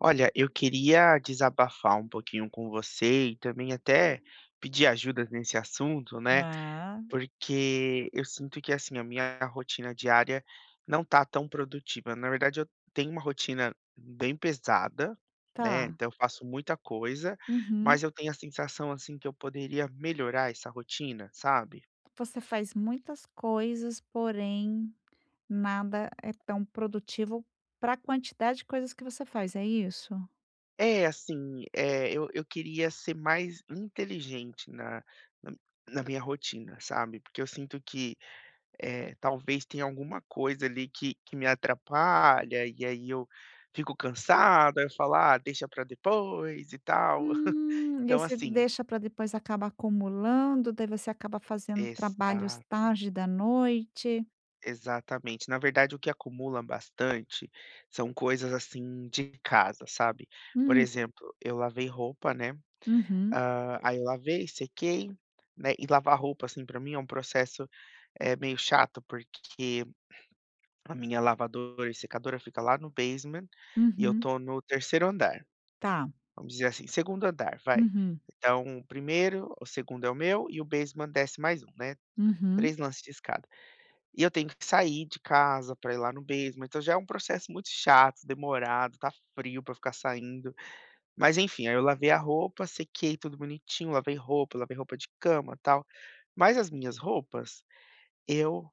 Olha, eu queria desabafar um pouquinho com você e também até pedir ajuda nesse assunto, né? Ah, Porque eu sinto que assim a minha rotina diária não tá tão produtiva. Na verdade, eu tenho uma rotina bem pesada, né? tá. Então eu faço muita coisa, Uhum. mas eu tenho a sensação assim que eu poderia melhorar essa rotina, sabe? Você faz muitas coisas, porém nada é tão produtivo para a quantidade de coisas que você faz, é isso? É assim, é, eu queria ser mais inteligente na na minha rotina, sabe? Porque eu sinto que talvez tenha alguma coisa ali que me atrapalha, e aí eu fico cansado, aí eu falo: "Ah, deixa para depois e tal". E Então você assim deixa para depois acaba acumulando, daí você acaba fazendo exa trabalhos tarde da noite. exatamente. Na verdade, o que acumula bastante são coisas, assim, de casa, sabe. Por Hum, exemplo, eu lavei roupa, né, uhum, aí eu lavei, sequei, né, e lavar roupa, assim, para mim é um processo, é meio chato, porque a minha lavadora e secadora fica lá no basement e eu uhum. tô no terceiro andar, Tá. vamos dizer assim, segundo andar, vai. Uhum, Então, o primeiro, o segundo é o meu e o basement desce mais um, né, uhum. 3 lances de escada. E eu tenho que sair de casa para ir lá no basement, então já é um processo muito chato, demorado, tá frio para ficar saindo. Mas enfim, aí eu lavei a roupa, sequei tudo bonitinho, lavei roupa de cama, tal. Mas as minhas roupas, eu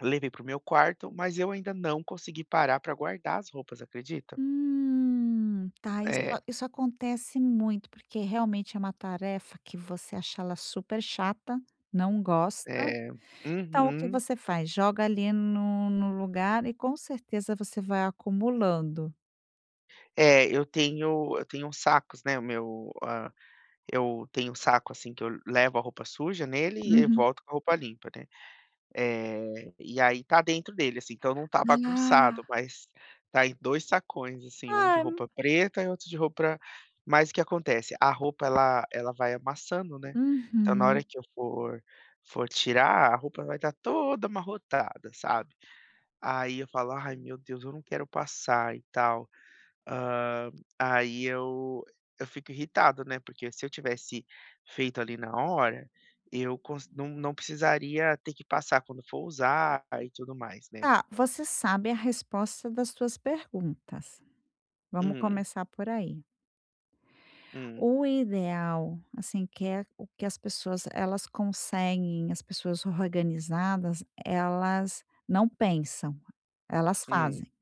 levei para o meu quarto, mas eu ainda não consegui parar para guardar as roupas, acredita? Tá, Hum. isso É, isso acontece muito, porque realmente é uma tarefa que você acha ela super chata, não gosta, é. então o que Uhum. você faz? Joga ali no lugar e com certeza você vai acumulando. É, eu tenho uns sacos, né, o meu, ah, eu tenho um saco, assim, que eu levo a roupa suja nele e eu Uhum. volto com a roupa limpa, né. E aí tá dentro dele, assim, então não tá Ah, bagunçado, mas tá em 2 sacões, assim, um de ah, roupa preta e outro de roupa. Mas o que acontece, a roupa ela vai amassando, né, então na hora uhum. que eu for tirar, a roupa vai estar toda amarrotada, sabe. Aí eu falo: "Ai meu Deus, eu não quero passar e tal". Hã, Aí eu fico irritado, né, porque se eu tivesse feito ali na hora, eu cons não não precisaria ter que passar quando for usar e tudo mais, né. Tá, você sabe a resposta das suas perguntas. Vamos Hum, começar por aí. hum, O ideal, assim, que é o que as pessoas elas conseguem, as pessoas organizadas, elas não pensam, elas hum, fazem,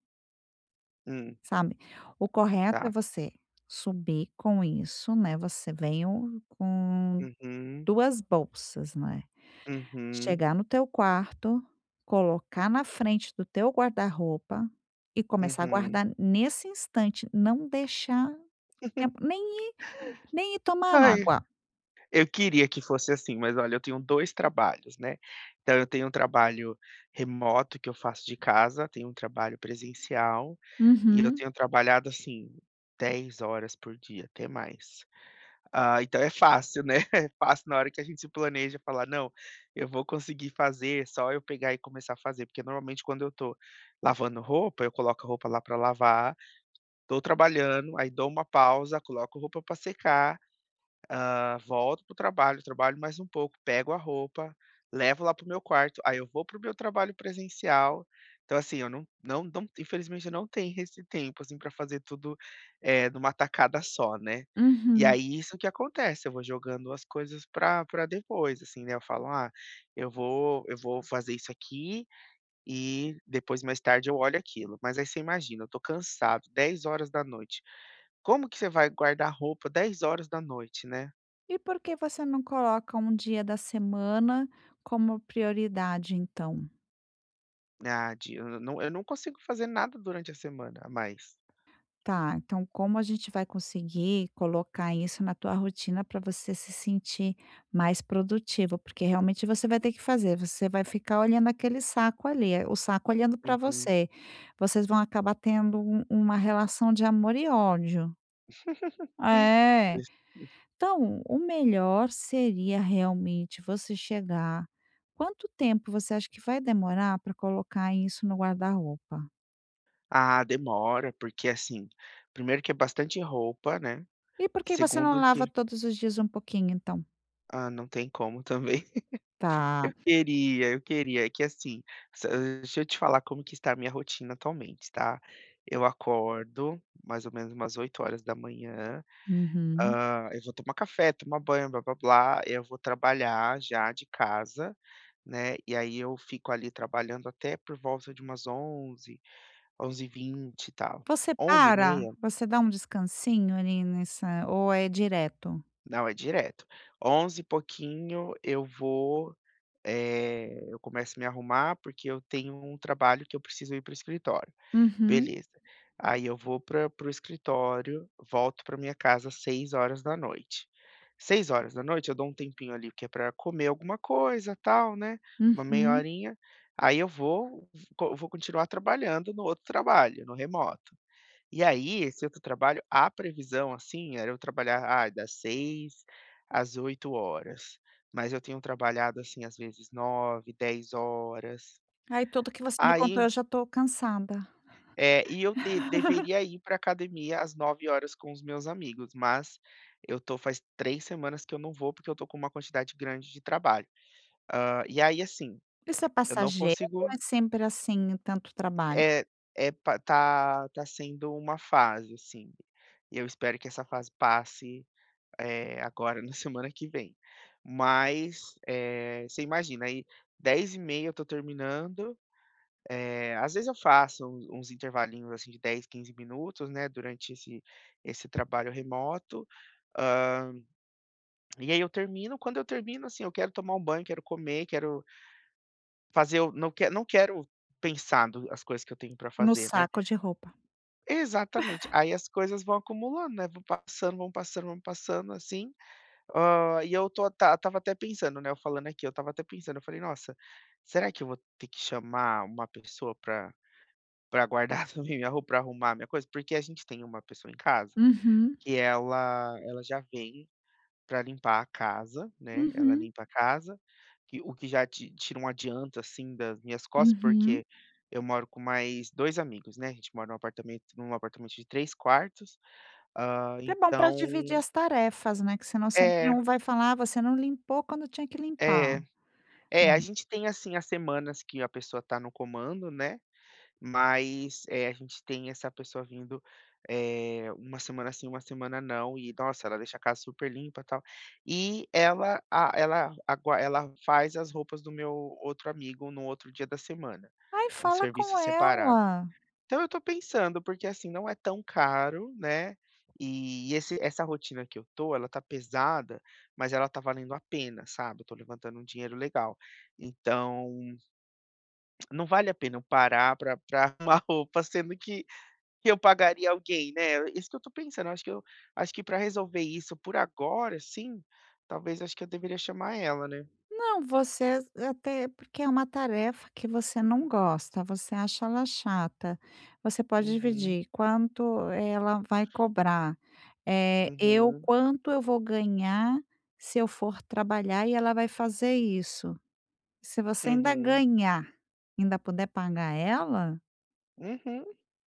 hum, sabe. O correto é tá. você subir com isso, né, você veio com Uhum, 2 bolsas, né, uhum, chegar no teu quarto, colocar na frente do teu guarda-roupa e começar a uhum. guardar nesse instante, não deixar tempo ir nem ir tomar Ai. água. Eu queria que fosse assim, mas olha, eu tenho 2 trabalhos, né. Então eu tenho um trabalho remoto que eu faço de casa, tenho um trabalho presencial, e eu Uhum. tenho trabalhado, assim, 10 horas por dia, até mais. Ah, então é fácil, né, é fácil na hora que a gente se planeja falar: "Não, eu vou conseguir fazer, é só eu pegar e começar a fazer", porque normalmente quando eu tô lavando roupa, eu coloco a roupa lá para lavar, tô trabalhando, aí dou uma pausa, coloco roupa para secar. Volto pro trabalho, trabalho mais um pouco, pego a roupa, levo lá pro meu quarto, aí eu vou pro meu trabalho presencial. Então, assim, eu não infelizmente eu não tenho esse tempo, assim, para fazer tudo, numa tacada só, né. E Uhum. aí isso que acontece, eu vou jogando as coisas pra depois, assim, né, eu falo: "Ah, eu vou fazer isso aqui e depois mais tarde eu olho aquilo". Mas aí você imagina, eu tô cansado, 10 horas da noite. Como que você vai guardar roupa 10 horas da noite, né? E por que você não coloca um dia da semana como prioridade, então? Ah, de eu não consigo fazer nada durante a semana a mais. Tá, então como a gente vai conseguir colocar isso na tua rotina para você se sentir mais produtivo? Porque realmente você vai ter que fazer, você vai ficar olhando aquele saco ali, o saco olhando para Uhum. você. Vocês vão acabar tendo uma relação de amor e ódio. É. Então, o melhor seria realmente você chegar, quanto tempo você acha que vai demorar para colocar isso no guarda-roupa? Ah, demora, porque assim, primeiro que é bastante roupa, né, E por que você não segundo lava que todos os dias um pouquinho então? ah, não tem como também. Tá. Eu queria, eu queria. É que assim, se deixa eu te falar como que está a minha rotina atualmente, tá. Eu acordo mais ou menos umas 8 horas da manhã. Uhum. Eu vou tomar café, tomar banho, blá-blá-blá, eu vou trabalhar já de casa, né, e aí eu fico ali trabalhando até por volta de umas onze, 11 11h20 e tal. Você para? 11h30 Você dá um descansinho ali nessa ou é direto? não, é direto. Onze e pouquinho eu vou, eu começo a me arrumar, porque eu tenho um trabalho que eu preciso ir para o escritório. Uhum, Beleza. Aí eu vou pra para o escritório, volto para minha casa às 6 horas da noite. 6 horas da noite eu dou um tempinho ali que é para comer alguma coisa, tal, né, uma meia uhum. horinha, aí eu vou co vou continuar trabalhando no outro trabalho, no remoto. E aí, esse outro trabalho, a previsão, assim, era eu trabalhar, ah, das seis às 8 horas, mas eu tenho trabalhado, assim, às vezes 9, 10 horas. Aí tudo que você me contou Aí eu já estou cansada. é, e eu de deveria ir para academia às 9 horas com os meus amigos, mas eu tô faz 3 semanas que eu não vou, porque eu tô com uma quantidade grande de trabalho. E aí, assim, Isso é eu não passageiro ou consigo é sempre assim, tanto trabalho? é é pa tá tá sendo uma fase, assim, e eu espero que essa fase passe, agora na semana que vem. Mas, você imagina aí 10h30 eu tô terminando. Às vezes eu faço uns intervalinhos, assim, de 10, 15 minutos, né, durante esse trabalho remoto, hã, e aí eu termino, quando eu termino, assim, eu quero tomar um banho, quero comer, quero fazer o não quero pensar do as coisas que eu tenho para No fazer, né. saco de roupa. Exatamente. Aí as coisas vão acumulando, né, vão passando, vão passando, vão passando, assim, e eu tô ta estava até pensando, né, eu falando aqui, eu tava até pensando, eu falei: "Nossa, será que eu vou ter que chamar uma pessoa para para guardar também minha roupa, pra arrumar minha coisa, porque a gente tem uma pessoa em casa Uhum, que ela já vem para limpar a casa, né, ela uhum, limpa a casa, que o que já ti tira um adianto, assim, das minhas costas, uhum. porque eu moro com mais 2 amigos, né, a gente mora num apartamento de 3 quartos, É bom para então dividir as tarefas, né, que senão sempre é, um vai falar: "Ah, você não limpou quando tinha que limpar". é, é, a Hum. gente tem, assim, as semanas que a pessoa tá no comando, né. Mas, a gente tem essa pessoa vindo, uma semana sim, uma semana não e, nossa, ela deixa a casa super limpa, e tal. E ela a ela agua ela faz as roupas do meu outro amigo no outro dia da semana, Ai, um fala serviço com separado. ela. Então eu tô pensando, porque, assim, não é tão caro, né, e esse essa rotina que eu tô, ela tá pesada, mas ela tá valendo a pena, sabe, eu tô levantando um dinheiro legal. Então, não vale a pena eu parar pra arrumar roupa, sendo que eu pagaria alguém, né, isso que eu tô pensando, acho que eu acho que para resolver isso por agora, sim. Talvez acho que eu deveria chamar ela, né. Não, você, até porque é uma tarefa que você não gosta, você acha ela chata, você pode Uhum, dividir quanto ela vai cobrar, eu uhum, quanto eu vou ganhar se eu for trabalhar e ela vai fazer isso. Se você ainda uhum, ganhar, ainda puder pagar ela, uhum.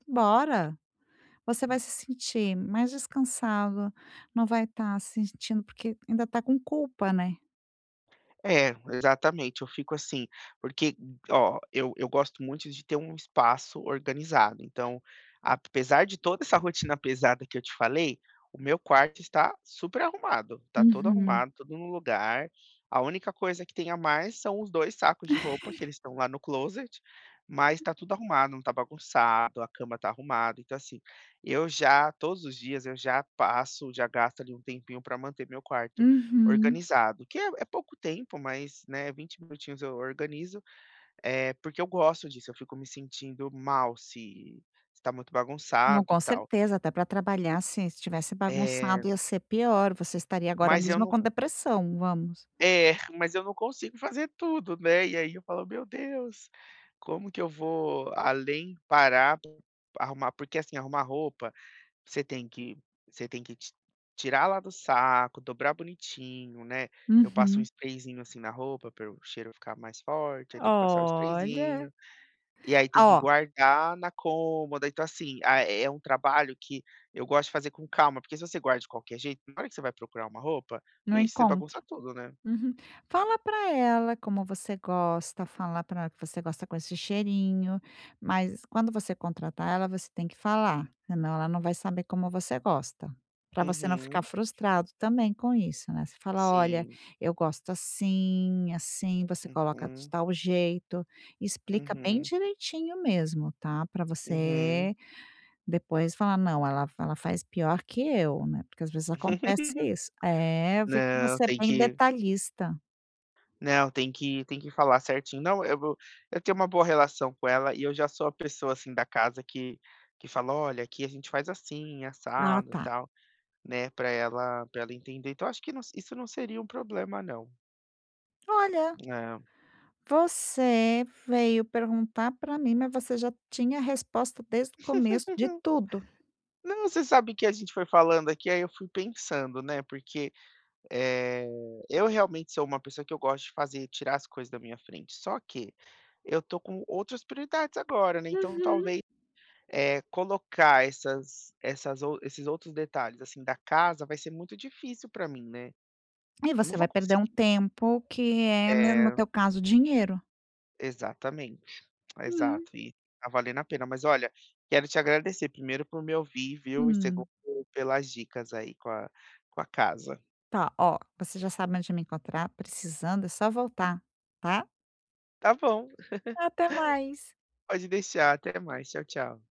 bora. Você vai se sentir mais descansado, não vai estar se sentindo porque ainda está com culpa, né. É, exatamente, eu fico assim, porque, ó, eu gosto muito de ter um espaço organizado, então, apesar de toda essa rotina pesada que eu te falei, o meu quarto está super arrumado, tá todo Uhum. arrumado, tudo no lugar, a única coisa que tem a mais são os 2 sacos de roupa que eles estão lá no closet, mas tá tudo arrumado, não tá bagunçado, a cama tá arrumada, então assim, eu já todos os dias eu já passo, já gasto ali um tempinho para manter meu quarto Uhum. organizado, que é é pouco tempo, mas, né, 20 minutinhos eu organizo, é porque eu gosto disso, eu fico me sentindo mal se está muito Não, bagunçado e com tal. certeza, até para trabalhar, se estivesse É, bagunçado ia ser pior, você estaria agora mas eu mesmo não com depressão, vamos. é, mas eu não consigo fazer tudo, né, e aí eu falo: "Meu Deus, como que eu vou além parar pra arrumar" porque, assim, arrumar roupa você tem que você tem que ti tirar lá do saco, dobrar bonitinho, né. Eu passo um Uhum. sprayzinho, assim, na roupa para o cheiro ficar mais forte, aí tem que passar o Olha. sprayzinho, e aí tem que Ó, guardar na cômoda. Então, assim, ah, é é um trabalho que eu gosto de fazer com calma, porque se você guarda de qualquer jeito, na hora que você vai procurar uma roupa, não vixe, você encon. bagunça tudo, né. Uhum. Fala para ela como você gosta, fala para ela que você gosta com esse cheirinho, mas quando você contratar ela, você tem que falar, senão ela não vai saber como você gosta. Para você não ficar Uhum. frustrado também com isso, né? Você fala: "Olha, Sim. eu gosto assim, assim", você coloca de Uhum. tal jeito, explica bem Uhum. direitinho mesmo, tá? Para Uhum. você depois falar: "Não, ela faz pior que eu", né? Porque às vezes acontece isso. É, eu vi que Não, você é tem bem que detalhista. não, tem que falar certinho. Não, eu vou eu tenho uma boa relação com ela e eu já sou a pessoa, assim, da casa que fala: "Olha, aqui a gente faz assim, Ah, assado e tá. tal", né, para ela entender. Então acho que não isso não seria um problema não. Olha, É. você veio perguntar para mim, mas você já tinha a resposta desde o começo de tudo. Não, você sabe que a gente foi falando aqui, aí eu fui pensando, né, porque, eh, eu realmente sou uma pessoa que eu gosto de fazer tirar as coisas da minha frente, só que eu tô com outras prioridades agora, né, então Uhum. talvez colocar essas essas ou esses outros detalhes, assim, da casa, vai ser muito difícil para mim, né. E Eu não você vou vai perder um conseguir tempo que é, né, no é, teu caso, dinheiro. exatamente, Hum. exato. E tá valendo a pena. Mas olha, quero te agradecer, primeiro, por me ouvir, viu, e segundo, Hum, pelas dicas aí com a casa. tá, ó, você já sabe onde me encontrar, precisando é só voltar, tá? Tá bom, Até mais. pode deixar. Até mais. Tchau, tchau.